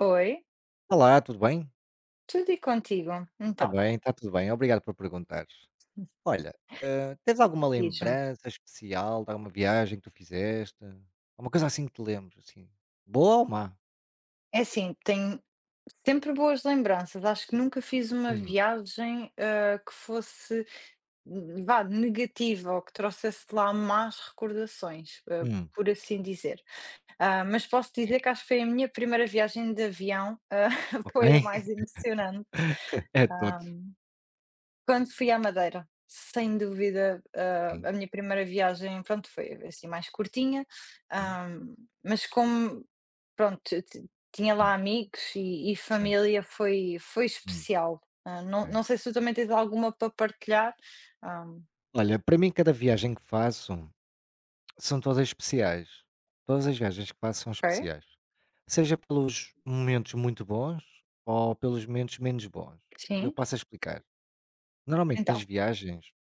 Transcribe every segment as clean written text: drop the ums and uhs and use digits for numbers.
Oi, Olá, tudo bem? tudo e contigo? Está Então, bem, está tudo bem. Obrigado por perguntares. Olha, tens alguma diz-me. lembrança especial de alguma viagem que tu fizeste? Alguma coisa assim que te lembres, assim, boa ou má? É assim, tenho sempre boas lembranças. Acho que nunca fiz uma Hum. viagem, que fosse, vá, negativa ou que trouxesse lá más recordações, Hum. por assim dizer. Mas posso Sim. dizer que acho que foi a minha primeira viagem de avião, Ok. foi a mais emocionante. É de Ah, todos. Quando fui à Madeira, sem dúvida, Sim, a minha primeira viagem, pronto, foi assim mais curtinha, sim. ah, mas como, pronto, ti ti tinha lá Hum. amigos e Sim. família, foi Hum. especial. Não Ok. não sei se tu também tens alguma para partilhar. Ah, Olha, para mim cada viagem que faço são todas especiais. Todas as viagens que faço são ok, especiais. Seja pelos momentos muito bons ou pelos momentos menos bons. E eu sim, passo a explicar. Normalmente nas então. viagens,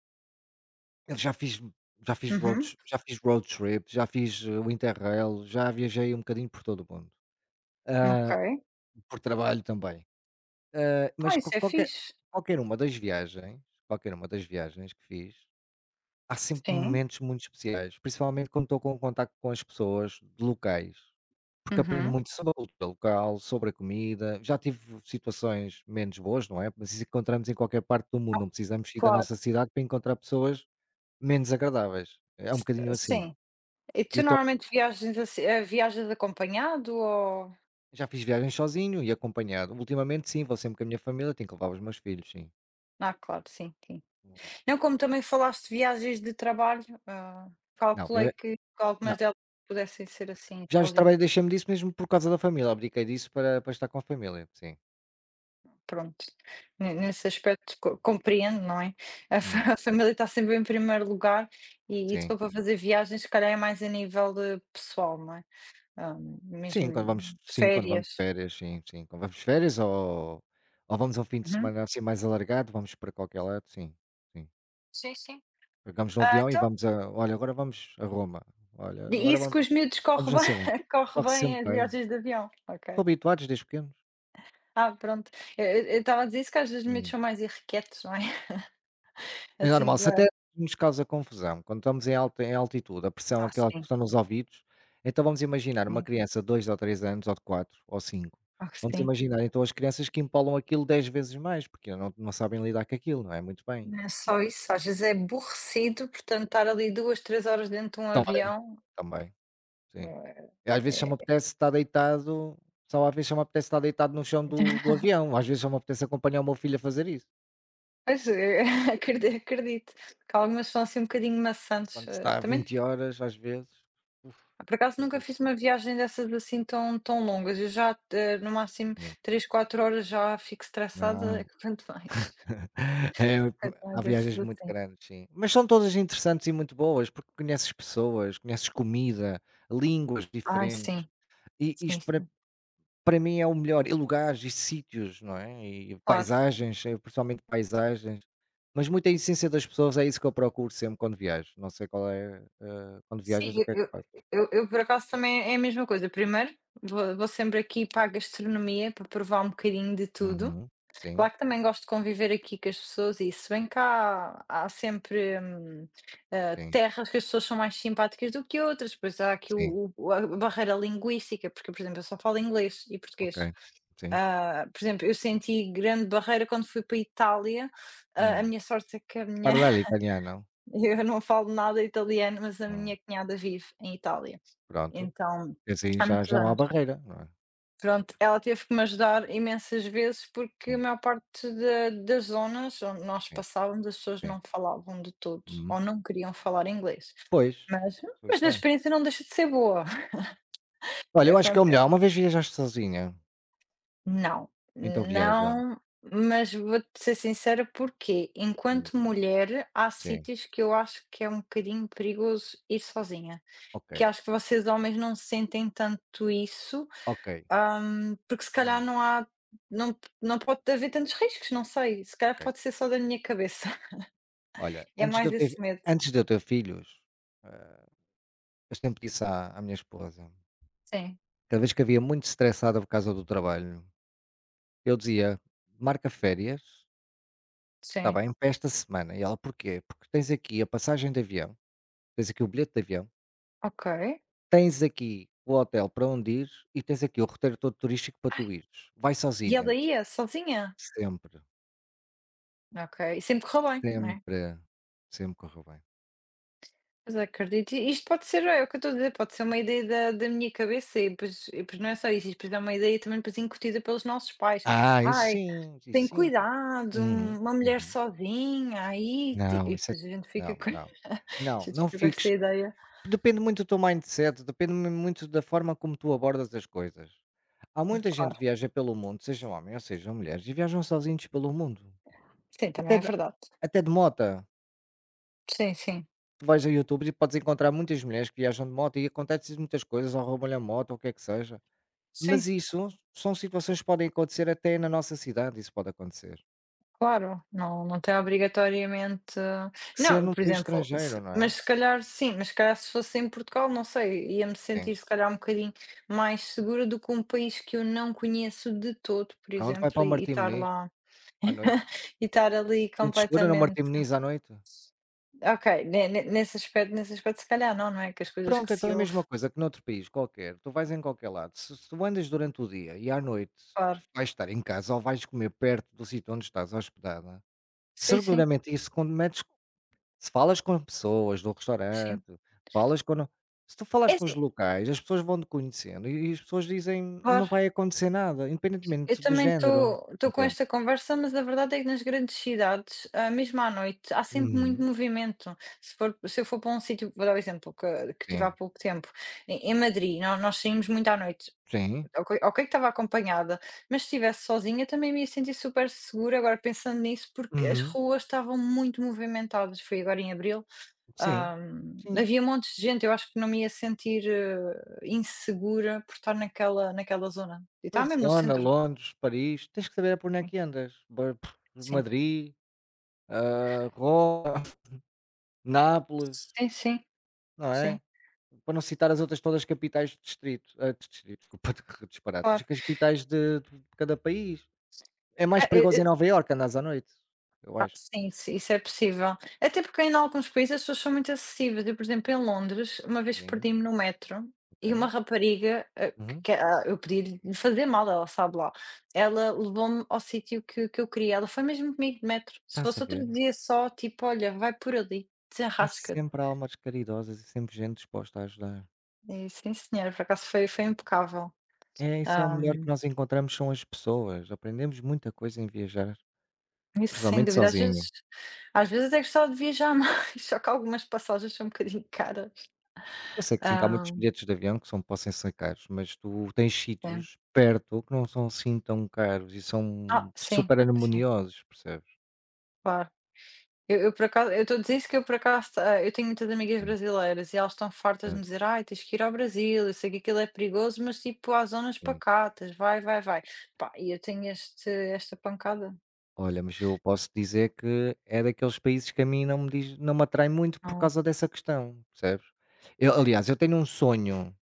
eu Uhum, já fiz road trip, já fiz o Interrail, já viajei um bocadinho por todo o mundo, ok. ah, por trabalho também, mas Ah, isso qual é qualquer fixe. qualquer uma das viagens qualquer uma das viagens que fiz, há sempre Sim, momentos muito especiais, principalmente quando estou com um contacto com as pessoas de locais, porque aprendo uhum, muito sobre a cultura local, sobre a comida, já tive situações menos boas, não é, mas isso encontramos em qualquer parte do mundo, não precisamos ir da claro, nossa cidade para encontrar pessoas menos agradáveis, é um s bocadinho assim. sim. E E tu então, normalmente viagens assim, viajas acompanhado ou já fiz viagens sozinho e acompanhado. Ultimamente sim, vou sempre com a minha família, tenho que levar os meus filhos, sim. ah, claro, sim. Não, como também falaste de viagens de trabalho, Não, calculei via que não, algumas delas pudessem ser assim já de sozinho trabalho deixei-me disso mesmo por causa da família, abdiquei disso para para estar com a família, sim. pronto, ne nesse aspecto co compreendo, não é? A fa Hum. a família está sempre em primeiro lugar e se Sim. for para fazer viagens, se calhar é mais a nível de pessoal, não é? Ah, mesmo Sim, quando vamos de férias. férias, sim, sim. Quando vamos de férias ou vamos a um fim de Uhum. semana assim mais alargado, vamos para qualquer lado, sim, sim. Sim, sim. Pegamos no Ah, avião e então, vamos a olha, agora vamos a Roma, olha, e agora isso vamos com os miúdos vamos corre não sei onde. bem corre Corre bem sempre as bem. viagens de avião? Ok. Estou habituados desde pequenos. Ah, pronto. Eu eu estava a dizer isso que às vezes os miúdos Hum. são mais irrequietos, não é? É Assim normal, se até nos causa confusão, quando estamos em alta em altitude, a pressão ah, aquela que sim, está nos ouvidos, então vamos imaginar uma hum. criança de 2 ou 3 anos, ou de 4 ou 5. Claro que Vamos sim. imaginar então as crianças que empolam aquilo 10 vezes mais, porque não sabem lidar com aquilo, não é? Muito bem. Não é só isso, às vezes é aborrecido, portanto, estar ali 2 3 horas dentro de um Também, avião, também, sim. eh, E às vezes só me apetece estar deitado só às vezes só me apetece estar deitado no chão do avião, às vezes só me apetece acompanhar o meu filho a fazer isso. pois, acredito que algumas são assim um bocadinho maçantes, Quando se está a também 20 horas, às vezes, uf, por acaso nunca Jesus. fiz uma viagem dessas assim tão tão longas, eu já te no máximo Sim. 3 4 horas já fico estressada, Não. É, quanto há mais esses viagens muito assim. grandes, sim. Mas são todas interessantes e muito boas, porque conheces pessoas, conheces comida, línguas Ai diferentes. sim, E sim, isto para, sim, para mim é o melhor. E lugares e sítios, não é? E claro. paisagens, principalmente paisagens. Mas muita essência das pessoas é isso que eu procuro sempre quando viajo. Não sei qual é. Eh, quando Sim, viajas, o eu que é que eu faz? eu eu, por acaso também é a mesma coisa. Primeiro, vou sempre aqui para a gastronomia para provar um bocadinho de tudo. Uhum. Sim, Claro que também gosto de conviver aqui com as pessoas e se bem cá há sempre, sim, terras que as pessoas são mais simpáticas do que outras, depois há aqui sim. O a barreira linguística, porque, por exemplo, eu só falo inglês e português. Ok. Sim. Por exemplo, eu senti grande barreira quando fui para a Itália. A Hum. minha sorte é que a minha Parlar italiano. eu não falo nada italiano, mas a Hum. minha cunhada vive em Itália, Pronto. então Assim há já, muitos já não há anos. barreira, não é? Pronto, ela teve que me ajudar imensas vezes, porque a Sim. maior parte da das zonas onde nós Sim, passávamos, as pessoas sim. não falavam de todo, Uhum. ou não queriam falar inglês. Pois, Mas isso mas isso a é. experiência não deixa de ser boa. Olha, eu É acho que é pronto, o melhor. é Uma vez viajaste sozinha, não, então viaja. não, mas vou-te ser sincera, porque Hum. enquanto mulher, há Sim. sítios que eu acho que é um bocadinho perigoso ir sozinha. Ok. Que acho que vocês homens não sentem tanto isso, Ok. Porque se calhar Hum. não há não pode haver tantos riscos, não sei, se calhar Ok. pode ser só da minha cabeça, Olha, é mais esse medo. antes de eu ter, filhos, eh, eu sempre disse à minha esposa, Sim, cada vez que havia muito estressada por causa do trabalho, eu dizia, marca férias, está sim. bem, para esta semana. E ela, porquê? Porque tens aqui a passagem de avião, tens aqui o bilhete de avião, Ok. tens aqui o hotel para onde ires e tens aqui o roteiro todo turístico para Ai, tu ires. Vai e ela sozinha. ia sozinha? Sempre, Ok, e sempre correu bem, né? sempre, sempre correu bem. Mas acredito, e isto pode ser, é o que eu estou a dizer, pode ser uma ideia da, da minha cabeça e depois não é só isso, isto depois é uma ideia também depois incutida pelos nossos pais. Ah, isso Ai, sim, isso tem sim. cuidado, Uhum. uma mulher Uhum. sozinha, aí, Não, e isso é depois a gente fica não, com, não. a Não, gente não fica com esta fiques. ideia. Depende muito do teu mindset, depende mu muito da forma como tu abordas as coisas. Há muita gente Claro, que viaja pelo mundo, seja homem ou seja mulheres, e viajam sozinhos pelo mundo. sim, também Até é de verdade. até de mota. Sim, sim, Tu vais ao YouTube e podes encontrar muitas mulheres que viajam de moto e acontecem muitas coisas, ou roubam-lhe a moto, ou o que é que seja. sim. Mas isso são situações que podem acontecer até na nossa cidade, isso pode acontecer. Claro, não não tem obrigatoriamente Que ser não, num por país exemplo, estrangeiro, se não é? mas se calhar sim, mas se calhar se fosse em Portugal, não sei, ia-me Sim. sentir se calhar um bocadinho mais segura do que um país que eu não conheço de todo, por Pronto, vai para exemplo, o e Martim estar Moniz lá à noite. e estar ali Gente escura no completamente Martim Moniz à noite. ok, ne ne nesse aspecto se calhar não, não é, que as coisas que Pronto, então é se a ouve, mesma coisa que noutro país qualquer. Tu vais em qualquer lado. Se tu andas durante o dia e à noite claro. vais estar em casa ou vais comer perto do sítio onde estás hospedada, Sim, sim, seguramente isso quando metes. Se falas com as pessoas do sim. restaurante, falas com se tu falas É com os assim, locais, as pessoas vão-te conhecendo e as pessoas dizem: "Não claro. vai acontecer nada", Eu independentemente do também género, estou estou com entendo. esta conversa, mas a verdade é que nas grandes cidades, mesmo à noite, há sempre muito Uhum. movimento. Se for, se eu for para um sítio, vou dar o exemplo que tive há Sim, pouco tempo, em Madrid, nós saímos muito à noite. sim. Ok, ok que estava acompanhada, mas se estivesse sozinha também me ia sentir super segura. Agora pensando nisso, porque as Uhum. ruas estavam muito movimentadas. Foi agora em abril, Sim, ah, sim. havia montes de gente. Eu acho que não me ia sentir insegura por estar naquela zona. E estava mesmo no Barcelona, centro. Londres, Paris, tens que saber por onde é que andas. Ba Sim. Madrid, Roma, Nápoles, Sim, sim, não sim, é? Para não citar as outras todas as capitais de distrito, ah, de distrito, desculpa, que disparate, as claro. capitais de cada país. É É, mais perigoso em Nova Iorque andares à noite, eu ah, acho. sim, se isso é possível. Até porque em alguns países as pessoas são muito acessíveis. Eu, por exemplo, em Londres, uma vez Sim, perdi-me no metro e uma ok. rapariga, Uhum. que eu pedi lhe fazer mal, ela sabe lá, ela levou-me ao sítio que eu queria. Ela foi mesmo comigo de metro. Se Estás a fosse outro ver? dia só, tipo: "Olha, vai por ali, Há desenrasca-te". sempre almas caridosas e sempre gente disposta a ajudar. E sim senhora, por acaso foi impecável. É, isso é o melhor que nós encontramos são as pessoas, aprendemos muita coisa em viajar, Isso sem principalmente dúvida, às sozinho. vezes é gostava de viajar mais, só que algumas passagens são um bocadinho caras. Eu sei que sim, que há muitos Ah, bilhetes de avião que são possam ser caros, mas tu tens é. sítios perto que não são assim tão caros e Ah, são sim, super sim, harmoniosos, percebes? claro. Eu por acaso eu estou a dizer isso que eu por acaso, eu tenho muitas amigas Sim, brasileiras e elas estão fartas de me certo, dizer: "Ai, tens que ir ao Brasil, eu sei que aquilo é perigoso, mas tipo há zonas sim. pacatas, vai, vai, vai". Pá, e eu tenho este esta pancada? Olha, mas eu posso dizer que é daqueles países que a mim não me diz, não me atrai muito por Não. causa dessa questão, percebes? Eu, aliás, eu tenho um sonho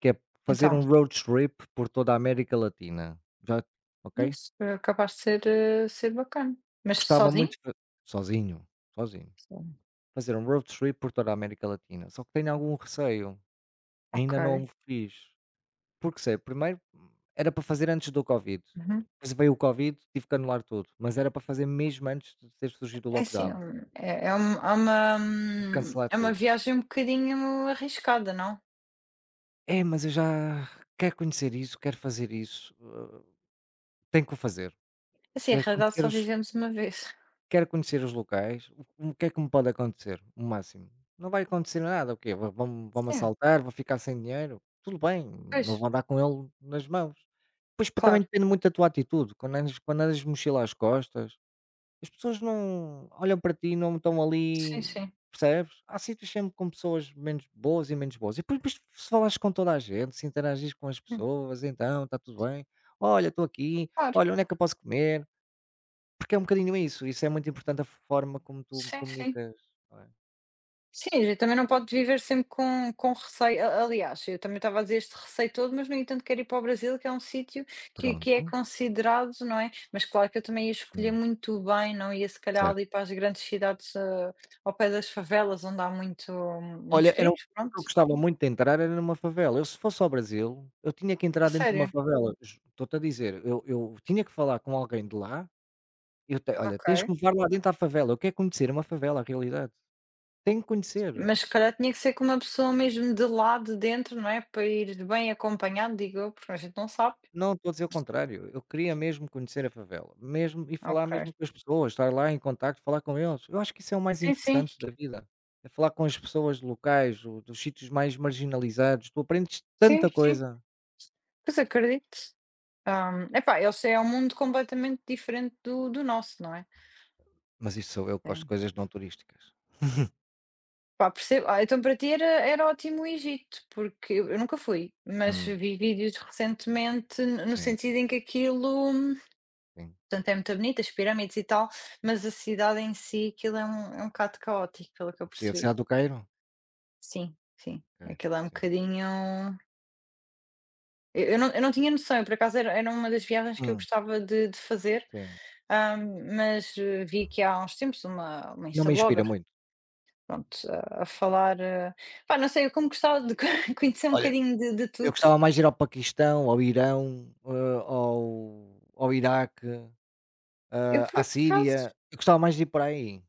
que é fazer Então, um road trip por toda a América Latina. Já, ok? isso, é capaz de ser, ser bacana. Mas Gostava muito sozinho? de sozinho, sozinho. Sim, Fazer um road trip por toda a América Latina. Só que tenho algum receio. Ainda ok. não o fiz. Porque sei, primeiro era para fazer antes do Covid. Uhum. Depois veio o Covid, tive que anular tudo. Mas era para fazer mesmo antes de ter surgido o É assim, lockdown. Um Tive que cancelar é uma tudo. viagem um bocadinho arriscada, não? É, mas eu já quero conhecer isso, quero fazer isso, tenho que o fazer. Assim, a Quero realidade conhecer só os vivemos uma vez. quero conhecer os locais, o que é que me pode acontecer, o máximo? Não vai acontecer nada, o quê? Vão-me Sim, assaltar, vou ficar sem dinheiro, tudo bem, pois, não vou andar com ele nas mãos. Pois também claro. depende muito da tua atitude, quando andas de mochila às costas, as pessoas não olham para ti, não estão Sim, ali, sim. percebes? Há sítios sempre com pessoas menos boas. E depois, se falas com toda a gente, se interagis com as Hum, pessoas, então está tudo bem. Olha, estou aqui, claro. olha, onde é que eu posso comer? Porque é um bocadinho isso, isso é muito importante a forma como tu Sim, sim. comunicas, não é? Sim, a gente também não pode viver sempre com receio. A aliás, eu também estava a dizer este receio todo, mas no entanto quero ir para o Brasil, que é um sítio que é Pronto. considerado, não é? Mas claro que eu também ia escolher Hum. muito bem, não ia se calhar ali Certo. para as grandes cidades, ao pé das favelas onde há muitos Olha, era um crimes, sítio que eu pronto. gostava muito de entrar, era numa favela. Eu, se fosse ao Brasil, eu tinha que entrar A dentro de uma sério. favela. Estou-te a dizer, eu tinha que falar com alguém de lá. Eu te olha, tens que Ok. me levar lá dentro à favela, eu quero conhecer uma favela, a realidade. Tenho que conhecer, Mas se calhar tinha que ser com uma pessoa mesmo de lá de dentro, não é? Para ir bem acompanhado, digo eu, porque a gente não sabe. não estou a dizer o contrário, eu queria mesmo conhecer a favela, mesmo e falar Ok. mesmo com as pessoas, estar lá em contacto, falar com eles. Eu acho que isso é o mais Sim, sim. interessante da vida, é falar com as pessoas locais, o dos sítios mais marginalizados, tu aprendes Sim, tanta sim. coisa. Pois acredito. Epá, eles é um mundo completamente diferente do nosso, não é? Mas isso sou eu que gosto de Sim. coisas não turísticas. Pá, percebo. Ah, então para ti era, era ótimo o Egito, porque eu nunca fui, mas Hum. vi vídeos recentemente no Sim, sentido em que aquilo, sim. portanto, é muito bonito, as pirâmides e tal, mas a cidade em si, aquilo é um bocado caótico, pelo que eu O quê? A percebi. cidade do Cairo? Sim, sim. Ok, Aquilo é um sim. bocadinho eu não tinha noção, eu por acaso era uma das viagens que eu Hum. gostava de fazer, Sim. hã, mas vi que há uns tempos uma Não me inspira Instablogger, muito. pronto, a falar, pá, não sei, eu como gostava de conhecer um Olha, bocadinho de eu tudo, gostava mais de ir ao Paquistão, ao Irão, ao Iraque, eu por à acaso Síria, eu gostava mais de ir por aí,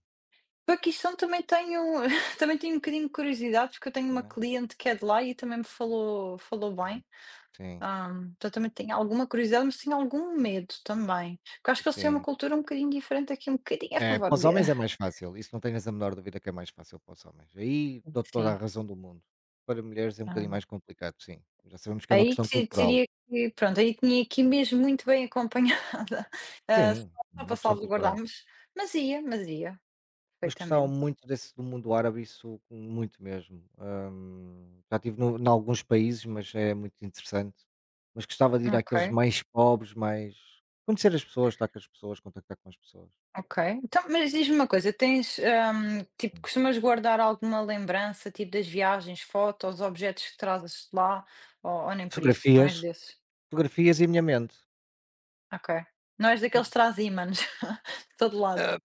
Paquistão também tenho também tenho um bocadinho de curiosidade, porque eu tenho uma né. cliente que é de lá e também me falou falou Sim, bem. sim, Ah, então também tem alguma curiosidade, mas tenho algum medo também, porque acho que eles têm uma sim. cultura um bocadinho diferente aqui, um bocadinho a É, para favor os de homens é mais fácil, isso não tenhas a menor dúvida que é mais fácil para os homens, aí dou-te toda a sim. razão do mundo. Para mulheres é um Ah, bocadinho mais complicado, sim, já sabemos que é uma aí questão te cultural. teria que pronto, aí tinha que ir mesmo muito bem acompanhada, ah, Sim, só uma para questão salvaguardar, cultural. Mas ia, Mas gostava perfeitamente. muito desse do mundo árabe, isso muito mesmo. Hum. Já estive no alguns países, mas é muito interessante. Mas gostava de ir àqueles Ok, mais pobres, mais conhecer as pessoas, estar com as pessoas, contactar com as pessoas. ok. Então, mas diz-me uma coisa, tens, tipo, Hum. costumas guardar alguma lembrança, tipo das viagens, fotos, objetos que trazes de lá, ou nem por isso, não Fotografias, és desses? fotografias e a minha mente. Ok. Não és daqueles Hum, que traz ímãs de todo lado? ah,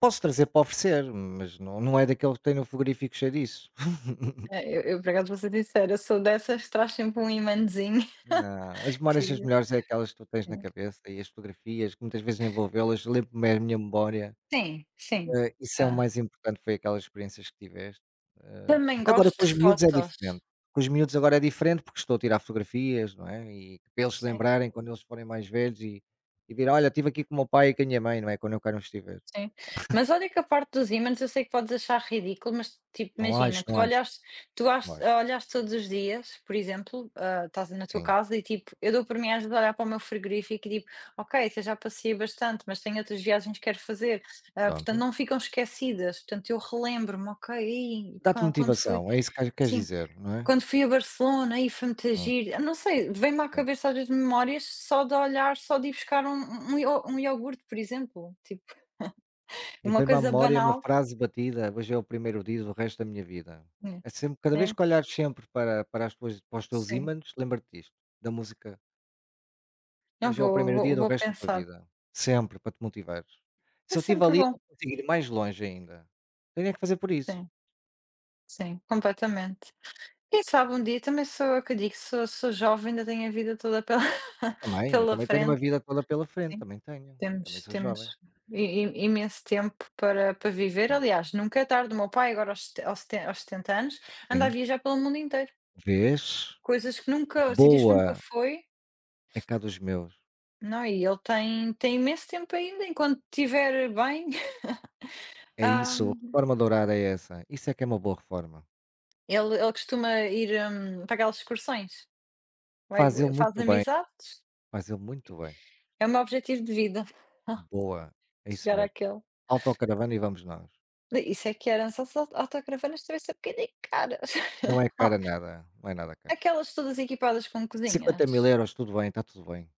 posso trazer para oferecer, mas não, não é daquele que tem no frigorífico cheio disso. É, eu por acaso vou ser sincera, eu sou dessas que traz sempre um ímãzinho. Não, as memórias são as Sim, melhores, é aquelas que tu tens na cabeça e as fotografias, que muitas vezes nem vou vê-las, lembro-me é a minha memória. sim. Sim. Isso é o Hã. mais importante, foi aquelas experiências que tiveste. Eh, Também Agora gosto com de os miúdos é fotos. diferente. Com os miúdos agora é diferente, porque estou a tirar fotografias, não é, e para eles se Sim. lembrarem quando eles forem mais velhos e direm: "Olha, estive aqui com o meu pai e com a minha mãe", não é, quando eu cá não estiver. Sim. Mas olha que a parte dos ímãs eu sei que podes achar ridículo, mas, tipo, Não acho, imagina, não tu acho, olhares tu não has acho. olhas todos os dias, por exemplo, estás na tua Sim, casa e, tipo, eu dou por mim às vezes a olhar para o meu frigorífico e digo: "Ok, esta já passei bastante, mas tenho outras viagens que quero fazer", portanto pronto. não ficam esquecidas, portanto eu relembro-me: "Ok, aí Dá-te quando fui" motivação, é isso que queres sim, dizer, não é? "quando fui a Barcelona, aí foi muito Hum. giro", não sei, vem-me à Sim. cabeça às vezes memórias só de olhar, só de ir buscar um um iogurte, por exemplo, tipo E uma veio-me à coisa memória uma banal, frase batida: "Hoje é o primeiro dia do resto da minha vida". né, É sempre cada vez né, que olhares sempre para as tuas para os teus sim. ímãs, lembra-te disto, da música. Não, Hoje é o primeiro dia do vou resto da tua pensar. vida. Sempre, para te motivar. É Se eu estive sempre ali, eu bom. não consigo ir mais longe ainda. Tenho é que fazer por isso. Sim, sim, completamente. Quem sabe um dia também sou eu que digo, sou jovem, ainda tenho a vida toda pela Eu também, eu pela também tenho uma frente, vida toda pela frente, sim. também tenho. Também sou jovem. Temos i i imenso tempo para viver, Hum. aliás, nunca é tarde. O meu pai agora aos sete aos seten aos 70 anos, anda a Sim. viajar pelo mundo inteiro. Vês? Coisas que nunca sítios que nunca Boa, foi, é cá dos meus. não, é? E ele tem imenso tempo ainda, enquanto estiver bem, É hã isso, a reforma dourada é essa. Isso é que é uma boa reforma. Ele costuma ir, para aquelas excursões, vai Faz ele faz muito bem, amizades, faz ele muito bem. é o meu objetivo de vida, Boa, é isso chegar mesmo. àquele. Autocaravana e vamos nós. Isso é que eram essas autocaravanas devem ser um bocadinho caras. Não é Oh, cara nada, não é nada caro. aquelas todas equipadas com Cinquenta mil cozinhas. euros, tudo bem, está tudo bem.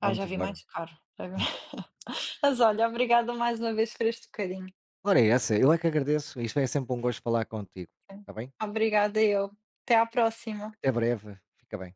Ah, já Vamos vi embora. mais caro, já vi Mas olha, obrigada mais uma vez por este bocadinho. Ora é essa, eu é que agradeço, isto é sempre um gosto falar contigo, está bem? Obrigada eu. Até à próxima. Até breve, fica bem.